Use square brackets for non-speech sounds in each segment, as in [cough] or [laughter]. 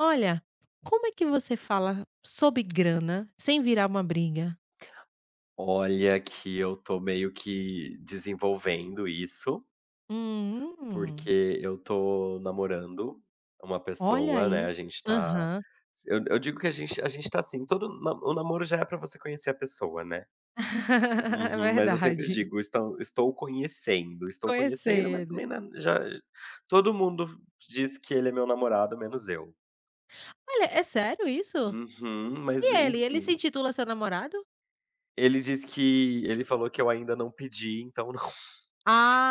Olha, como é que você Uhum. fala sobre grana sem virar uma briga? Olha que eu tô meio que desenvolvendo isso, Hum, porque eu tô namorando uma olha pessoa, né, aí. a gente tá Aham. eu digo que a gente tá assim, todo na o namoro já é pra você conhecer a pessoa, né. [laughs] É Uhum. Mas eu sempre verdade. digo: "Estam estou conhecendo", mas Conhecendo. também, né, já todo mundo diz que ele é meu namorado, menos eu. Olha, é sério isso? Uhum. Mas E ele? Ele se enfim, intitula seu namorado? ele disse que ele falou que eu ainda não pedi, então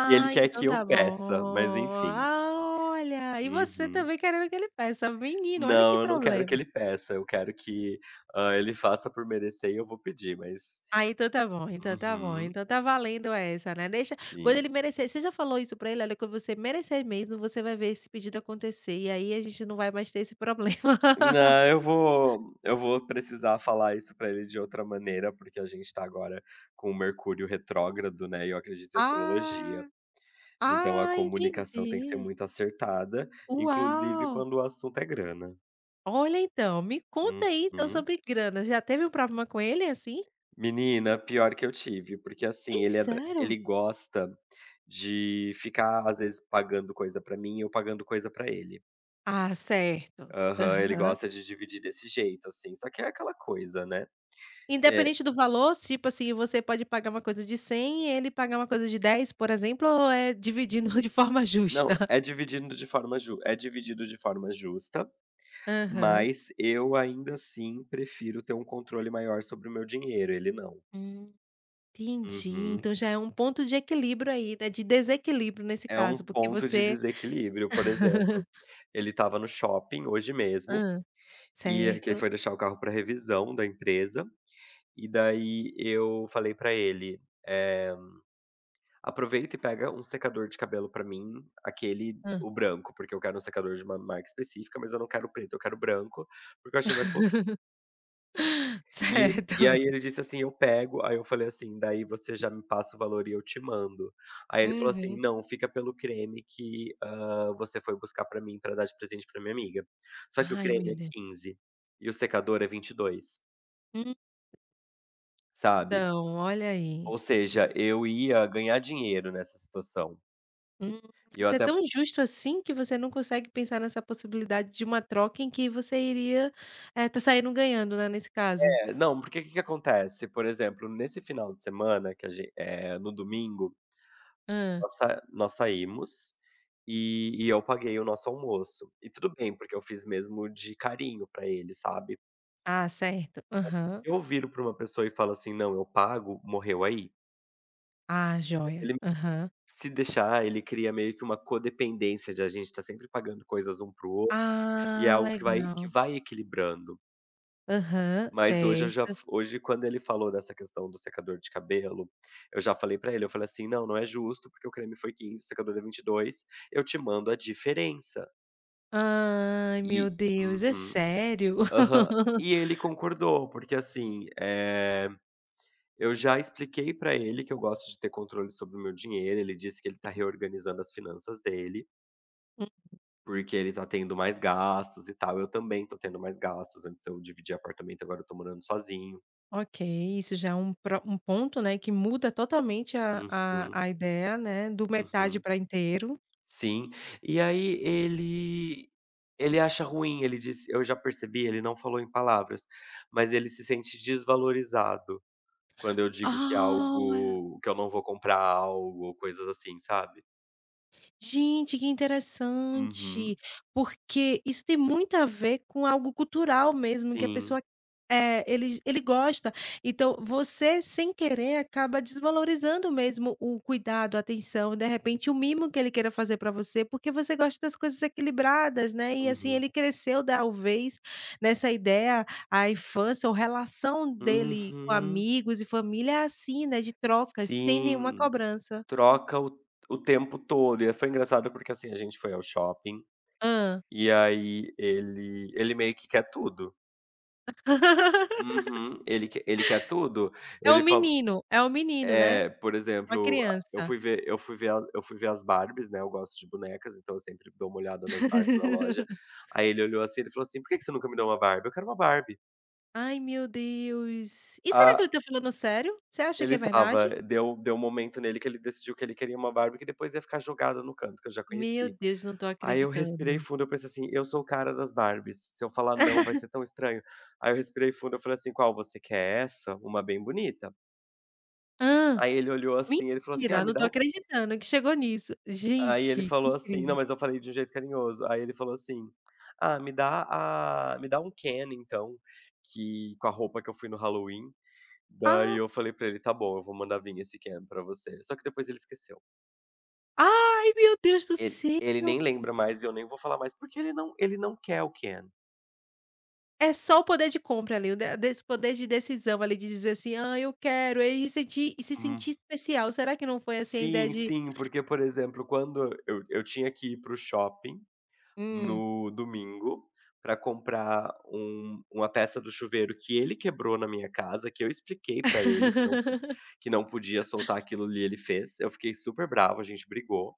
que ele quer então que eu tá bom. peça, mas enfim. Ah, olha, e você Uhum. também querendo que ele peça. Menino, olha que Não, eu não quero que problema. ele peça, eu quero que, ele faça por merecer e eu vou pedir, mas Ah, então tá bom, então tá bom, uhum, então tá valendo essa, né, deixa quando sim. ele merecer você já falou isso pra ele: "Olha, quando você merecer mesmo, você vai ver esse pedido acontecer, e aí a gente não vai mais ter esse problema". [laughs] Não, eu vou precisar falar isso pra ele de outra maneira, porque a gente tá agora com o Mercúrio retrógrado, né, e eu acredito em astrologia, Ah, então a ah, comunicação tem que ser entendi. muito acertada, inclusive Uau! quando o assunto é grana. Olha então, me conta aí então Uhum. sobre grana, já teve um problema com ele assim? Menina, pior que eu tive, porque Ih, assim, ele é da sério? ele gosta de ficar, às vezes, pagando coisa pra mim e eu pagando coisa pra ele. Ah, certo. Aham, ele Aham. gosta de dividir desse jeito, assim, só que é aquela coisa, né. É, Independente do valor, tipo assim, você pode pagar uma coisa de 100, e ele pagar uma coisa de 10, por exemplo, ou é dividindo [laughs] de forma não, justa? é dividido de forma ju é dividido de forma justa, Aham. mas eu ainda assim prefiro ter um controle maior sobre o meu dinheiro, ele não. Hum. Entendi, Uhum. então já é um ponto de equilíbrio aí, né, de desequilíbrio nesse É um caso, porque ponto de você... desequilíbrio, por exemplo, [laughs] ele estava no shopping hoje mesmo. Hã. E é que ele Certo. foi deixar o carro para revisão da empresa, e daí eu falei pra ele: "Eh, Aproveita e pega um secador de cabelo pra mim, aquele Hã. o branco, porque eu quero um secador de uma marca específica, mas eu não quero preto, eu quero branco, porque eu achei mais fofinho". [laughs] E e Certo. aí ele disse assim: "Eu pego". Aí eu falei assim: "Daí você já me passa o valor e eu te mando". Aí ele falou assim: Uhum. "Não, fica pelo creme que, você foi buscar pra mim pra dar de presente pra minha amiga". Só que o Ai, meu creme é Deus. 15 e o secador é 22, sabe. Então, olha aí. Ou seja, eu ia ganhar dinheiro nessa situação. Hum, E eu você é até tão justo assim que você não consegue pensar nessa possibilidade de uma troca em que você iria, estar saindo ganhando, né, nesse caso? é, não, porque o que que acontece? Por exemplo, nesse final de semana que a gente no domingo, Hã. Nós saímos, e eu paguei o nosso almoço. E tudo bem, porque eu fiz mesmo de carinho pra ele, sabe. Ah, certo. Aham. Eu viro pra uma pessoa e falo assim: "Não, eu pago", morreu aí. Ah, joia. Ele Aham. se deixar, ele cria meio que uma codependência de a gente estar sempre pagando coisas um pro outro, e é Ah, algo que vai que legal. vai equilibrando. Aham, Mas hoje eu já certo. hoje quando ele falou dessa questão do secador de cabelo, eu já falei pra ele, eu falei assim: "Não, não é justo, porque o creme foi 15, o secador é vinte e dois, eu te mando a diferença". Ai, meu E Deus, é uhum, sério? aham. [laughs] E ele concordou, porque assim, eu já expliquei pra ele que eu gosto de ter controle sobre o meu dinheiro, ele disse que ele tá reorganizando as finanças dele, Hum, porque ele tá tendo mais gastos e tal, eu também tô tendo mais gastos, antes eu dividia apartamento, agora eu tô morando sozinho. ok, isso já é um pro um ponto, né, que muda totalmente Uhum, a ideia, né, do metade uhum. para inteiro. Sim. E aí ele acha ruim, ele disse eu já percebi, ele não falou em palavras, mas ele se sente desvalorizado quando eu digo que é Ah! algo que eu não vou comprar algo ou coisas assim, sabe? Gente, que interessante, Uhum. porque isso tem muito a ver com algo cultural mesmo, que a Sim. pessoa ele gosta. Então você, sem querer, acaba desvalorizando mesmo o cuidado, a atenção, de repente, o mimo que ele queira fazer para você, porque você gosta das coisas equilibradas, né, e assim, Uhum. ele cresceu talvez nessa ideia, a infância ou relação dele com Uhum. amigos e família é assim, né, de trocas, sem nenhuma Sim. cobrança. Troca o tempo todo. E foi engraçado porque, assim, a gente foi ao shopping Hã. e aí ele meio que quer tudo. [laughs] Uhum. Ele quer tudo. Ele falou é um menino, né, é, por uma exemplo, a criança. Eu fui ver a eu fui ver as Barbies, né, eu gosto de bonecas, então eu sempre dou uma olhada nas Barbies na loja. [laughs] Aí ele olhou assim, ele falou assim: "Por que que você nunca me deu uma Barbie?", "Eu quero uma Barbie". Ai, meu Deus. E será que ele Ah, tá falando sério? Você acha que ele é estava verdade? deu deu um momento nele que ele decidiu que ele queria uma Barbie que depois ia ficar jogada no canto, que eu já Meu conheci. Deus, não tô Aí eu respirei acreditando. fundo, eu pensei assim: "Eu sou o cara das Barbies, se eu falar não vai ser tão estranho". Aí eu respirei fundo, eu falei assim: "Qual você quer, essa? Uma bem bonita". Ah, Aí ele olhou assim, ele falou assim: "Ah, mentira, me não dá tô o..." acreditando que chegou nisso. Aí ele Gente, que falou assim incrível. não, mas eu falei de um jeito carinhoso. Aí ele falou assim: "Ah, me dá um can então, que com a roupa que eu fui no Halloween". Daí Ah, eu falei pra ele: "Tá bom, eu vou mandar vir esse can pra você". Só que depois ele esqueceu. ai, meu Deus do Ele céu. ele nem lembra mais e eu nem vou falar mais, porque ele não quer o can. É só o poder de compra ali, o de desse poder de decisão ali, de dizer assim: "Ah, eu quero", e se Hum. sentir especial. Será que não foi assim a ideia Sim, de... sim, porque, por exemplo, quando eu tinha que ir pro shopping, hum. no domingo, para comprar uma peça do chuveiro que ele quebrou na minha casa, que eu expliquei para ele que não po [laughs] que não podia soltar aquilo ali, ele fez. Eu fiquei super bravo, a gente brigou.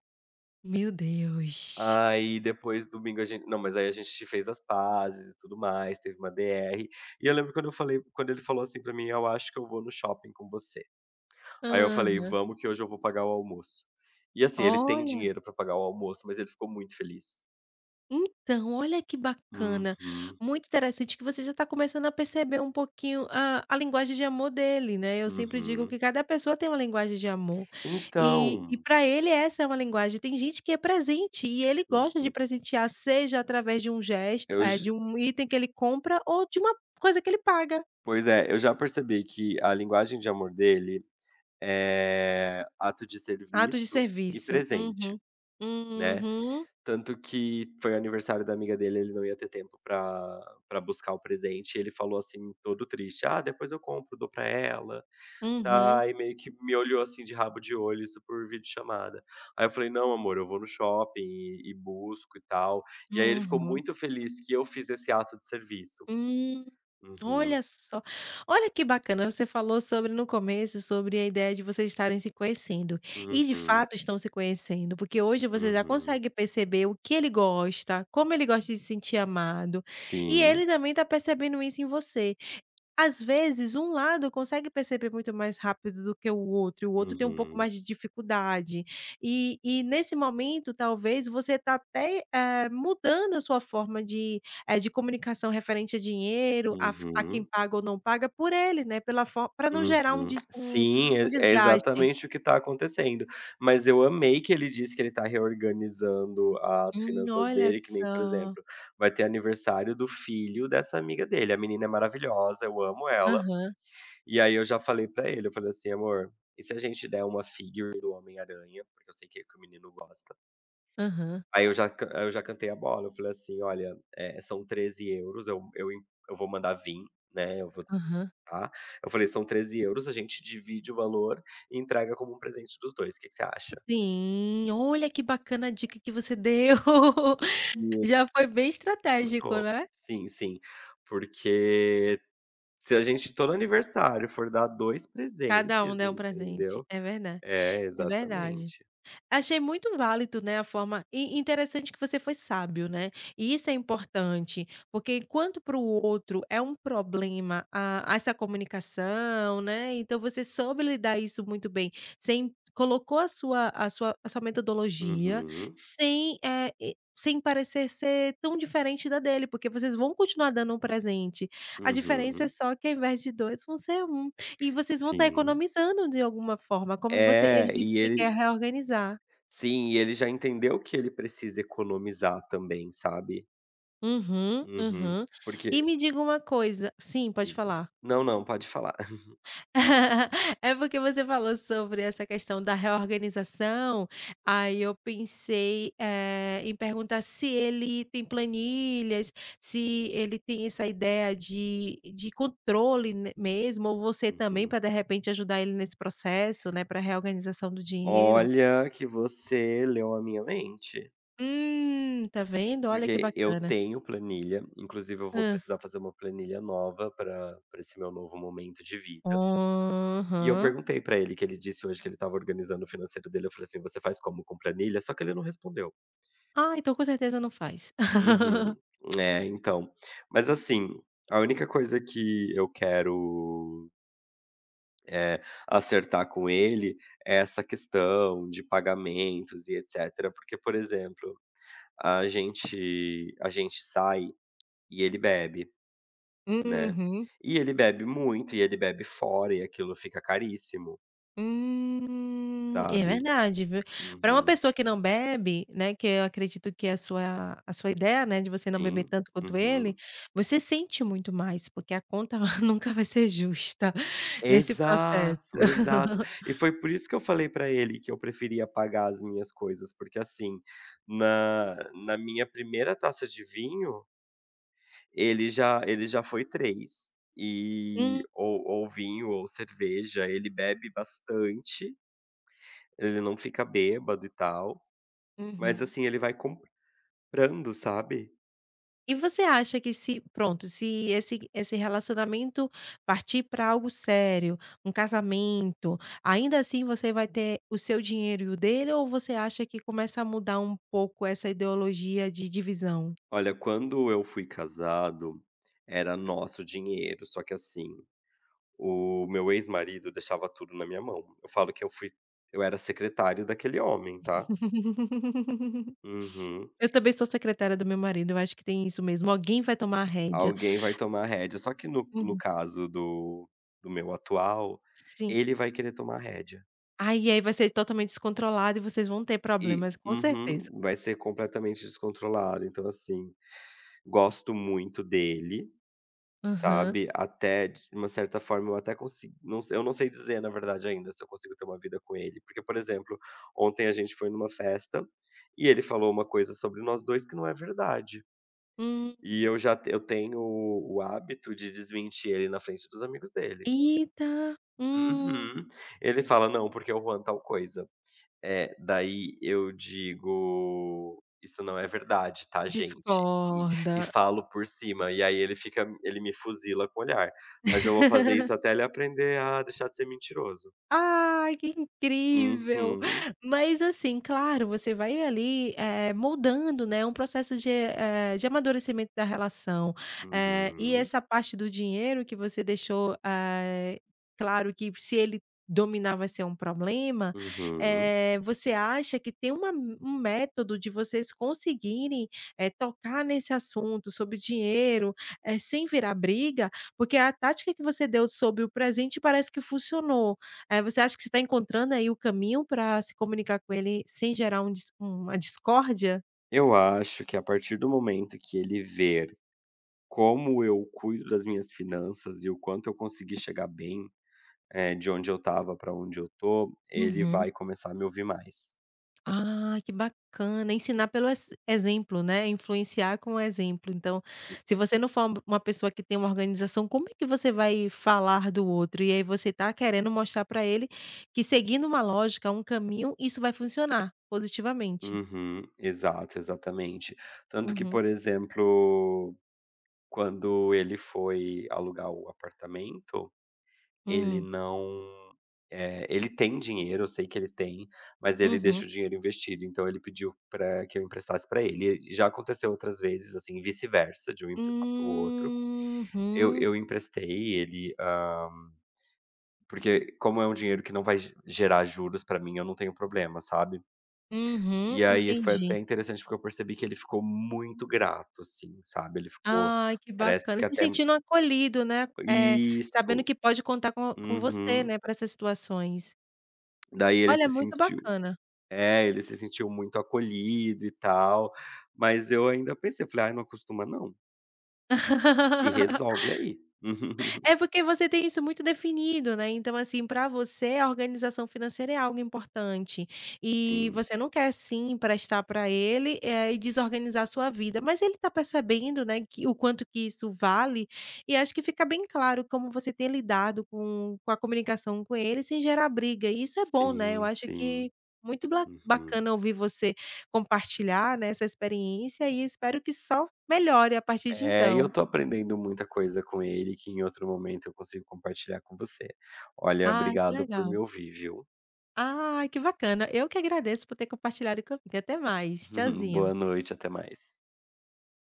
Meu Deus. Aí depois domingo a gente não, mas aí a gente fez as pazes e tudo mais, teve uma DR. E eu lembro quando eu falei quando ele falou assim pra mim: "Eu acho que eu vou no shopping com você". Aí eu falei: Aham. "Vamos, que hoje eu vou pagar o almoço". E assim, ele tem Olha, dinheiro pra pagar o almoço, mas ele ficou muito feliz. então, olha que bacana. Uhum, Muito interessante que você já está começando a perceber um pouquinho a linguagem de amor dele, né. Eu sempre digo que uhum. cada pessoa tem uma linguagem de amor. E Então, para ele essa é uma linguagem. Tem gente que é presente e ele gosta de uhum, presentear, seja através de um gesto, eu de j um item que ele compra ou de uma coisa que ele paga. pois é, eu já percebi que a linguagem de amor dele é ato de Atos de serviço e serviço. presente, Uhum. né. Uhum. Tanto que foi aniversário da amiga dele, ele não ia ter tempo pra para buscar o presente, e ele falou assim, todo triste: "Ah, depois eu compro, dou pra ela, Uhum. tá". E meio que me olhou assim de rabo de olho, isso por videochamada. Aí eu falei: "Não, amor, eu vou no shopping e busco e tal". E aí ele ficou Uhum. muito feliz que eu fiz esse ato de serviço. Hum. Uhum. Olha só, olha que bacana, você falou sobre no começo, sobre a ideia de vocês estarem se conhecendo, e de Uhum, fato estão se conhecendo, porque hoje você já uhum. consegue perceber o que ele gosta, como ele gosta de se sentir amado, e ele Sim. também está percebendo isso em você. Às vezes, um lado consegue perceber muito mais rápido do que o outro, e o outro tem um pouco mais Uhum, de dificuldade. E nesse momento, talvez, você está até, mudando a sua forma de, de comunicação referente a dinheiro, a quem uhum, paga ou não paga, por ele, né, pela para não gerar um uhum. des Sim, um é é desgaste. exatamente o que está acontecendo. Mas eu amei que ele disse que ele está reorganizando as finanças Olha dele, que nem, por só. exemplo, vai ter aniversário do filho dessa amiga dele. A menina é maravilhosa, eu amo ela. Aham, E aí eu já falei pra ele, eu falei assim: "Amor, e se a gente der uma figure do Homem-Aranha?", porque eu sei que o menino gosta. aham, Aí eu já cantei a bola, eu falei assim: "Olha, são 13 euros. Eu vou mandar vim, né, eu vou aham. tentar". Eu falei: "São 13 euros, a gente divide o valor e entrega como um presente dos 2, que você acha?". Sim, olha que bacana a dica que você deu. E [laughs] ele Já foi bem estratégico, surtou. né? Sim, sim, porque se a gente todo aniversário for dar dois Cada um presentes, dá um presente. entendeu. É verdade, É, é verdade. exatamente. Achei muito válido, né, a forma e interessante que você foi sábio, né, e isso é importante, porque enquanto para o outro é um problema a essa comunicação, né, então você soube lidar isso muito bem, sem colocou a sua metodologia, Uhum, sem, sem parecer ser tão diferente da dele, porque vocês vão continuar dando um presente. A diferença é uhum, só que ao invés de 2, vão ser um e vocês vão estar sim. economizando de alguma forma, como você ele É, disse e que quer ele reorganizar. sim, e ele já entendeu que ele precisa economizar também, sabe. Uhum, Uhum. uhum. E Porque me diga uma coisa sim, pode digo falar. não, não, pode falar. [laughs] [laughs] É porque você falou sobre essa questão da reorganização, aí eu pensei, em perguntar se ele tem planilhas, se ele tem essa ideia de controle ne mesmo, ou você também Uhum. para de repente ajudar ele nesse processo, né, para reorganização do dinheiro. Olha que você leu a minha mente, Tá vendo? Olha que porque eu bacana. tenho planilha, inclusive eu vou Hã. precisar fazer uma planilha nova para pra esse meu novo momento de vida. E eu Aham. perguntei para ele, que ele disse hoje que ele estava organizando o financeiro dele, eu falei assim: "Você faz como, com planilha?" Só que ele não respondeu. Ah, então com certeza não faz. [laughs] Uhum. É, então. Mas assim, a única coisa que eu quero eh, acertar com ele essa questão de pagamentos e etcétera. Porque, por exemplo, a gente sai e ele bebe, né, Uhum. e ele bebe muito, e ele bebe fora, e aquilo fica caríssimo, Hum. É sabe. verdade, viu. Para uma Uhum. pessoa que não bebe, né, que eu acredito que é a sua ideia, né, de você não beber Sim. tanto quanto ele, Uhum. você sente muito mais, porque a conta [laughs] nunca vai ser justa nesse processo. Exato, [laughs] exato. E foi por isso que eu falei pra ele que eu preferia pagar as minhas coisas, porque, assim, na na minha primeira taça de vinho ele já foi três. E Hum. Ou vinho ou cerveja, ele bebe bastante, ele não fica bêbado e tal, mas Uhum. assim, ele vai comprando, sabe. E você acha que se pronto, se esse relacionamento partir para algo sério, um casamento, ainda assim você vai ter o seu dinheiro e o dele ou você acha que começa a mudar um pouco essa ideologia de divisão? Olha, quando eu fui casado, era nosso dinheiro, só que assim, o meu ex-marido deixava tudo na minha mão. Eu falo que eu fui eu era secretário daquele homem, tá. [laughs] Uhum. Eu também sou secretária do meu marido, eu acho que tem isso mesmo, alguém vai tomar a rédea. Alguém vai tomar a rédea, só que no Uhum. caso do meu atual, Sim. ele vai querer tomar a rédea. Aí vai ser totalmente descontrolado e vocês vão ter E problemas, com certeza. uhum, vai ser completamente descontrolado. Então, assim, gosto muito dele, Aham. sabe, até de uma certa forma eu até consigo, não se eu não sei dizer na verdade ainda se eu consigo ter uma vida com ele, porque, por exemplo, ontem a gente foi numa festa, e ele falou uma coisa sobre nós 2 que não é verdade. Hum. E eu já te eu tenho o hábito de desmentir ele na frente dos amigos dele. Eita! Hum. Uhum. Ele fala: "Não, porque o Juan tal coisa". É, daí eu digo: "Isso não é verdade, tá, gente?" E Discorda. falo por cima, e aí ele me fuzila com o olhar, mas eu vou fazer isso até ele aprender a deixar de ser mentiroso. Ai, que incrível! Uhum, Mas assim, claro, você vai ali, moldando, né, um processo de, de amadurecimento da relação. E uhum, essa parte do dinheiro que você deixou, claro que se ele dominar vai ser um problema, uhum. Você acha que tem uma um método de vocês conseguirem, tocar nesse assunto sobre dinheiro, sem virar briga? Porque a tática que você deu sobre o presente parece que funcionou. Você acha que você está encontrando aí o caminho para se comunicar com ele sem gerar um dis uma discórdia? Eu acho que a partir do momento que ele ver como eu cuido das minhas finanças e o quanto eu consegui chegar bem, de onde eu estava pra onde eu tô, ele Uhum. vai começar a me ouvir mais. Ah, que bacana. Ensinar pelo ex exemplo, né, influenciar com o exemplo. Então, se você não for uma pessoa que tem uma organização, como é que você vai falar do outro? E aí você está querendo mostrar para ele que seguindo uma lógica, um caminho, isso vai funcionar positivamente. Uhum, exato, exatamente. Tanto que, Uhum. por exemplo, quando ele foi alugar o apartamento, ele Hum. não eh, ele tem dinheiro, eu sei que ele tem, mas ele deixa Uhum. o dinheiro investido, então ele pediu para que eu emprestasse para ele. E já aconteceu outras vezes, assim, vice-versa, de um emprestar para o outro. Eu Uhum. eu emprestei, ele, porque como é um dinheiro que não vai ge gerar juros para mim, eu não tenho problema, sabe? Uhum. E aí foi até Entendi. interessante, porque eu percebi que ele ficou muito grato, assim, sabe, ele ficou Ai, que parece bacana. que Se até sentindo acolhido, né, sabendo isso, que pode contar com você, uhum. né, para essas situações. Daí ele Olha, se muito sentiu bacana. é, ele se sentiu muito acolhido e tal, mas eu ainda pensei, falei: "Ai, não acostuma não, se [laughs] resolve aí". [laughs] É porque você tem isso muito definido, né, então, assim, para você a organização financeira é algo importante, e Sim. você não quer sim emprestar para ele, e desorganizar a sua vida, mas ele está percebendo, né, que o quanto que isso vale, e acho que fica bem claro como você tem lidado com a comunicação com ele sem gerar briga, e isso é bom, né, eu Sim, acho que sim. muito bla Uhum. bacana ouvir você compartilhar, né, essa experiência e espero que só melhore a partir de É, e eu então. tô aprendendo muita coisa com ele, que em outro momento eu consigo compartilhar com você. Olha, Ai, que obrigado por legal. me ouvir, viu. Ai, que bacana. Eu que agradeço por ter compartilhado comigo. Até mais. [laughs] Tchauzinho. Boa noite, até mais.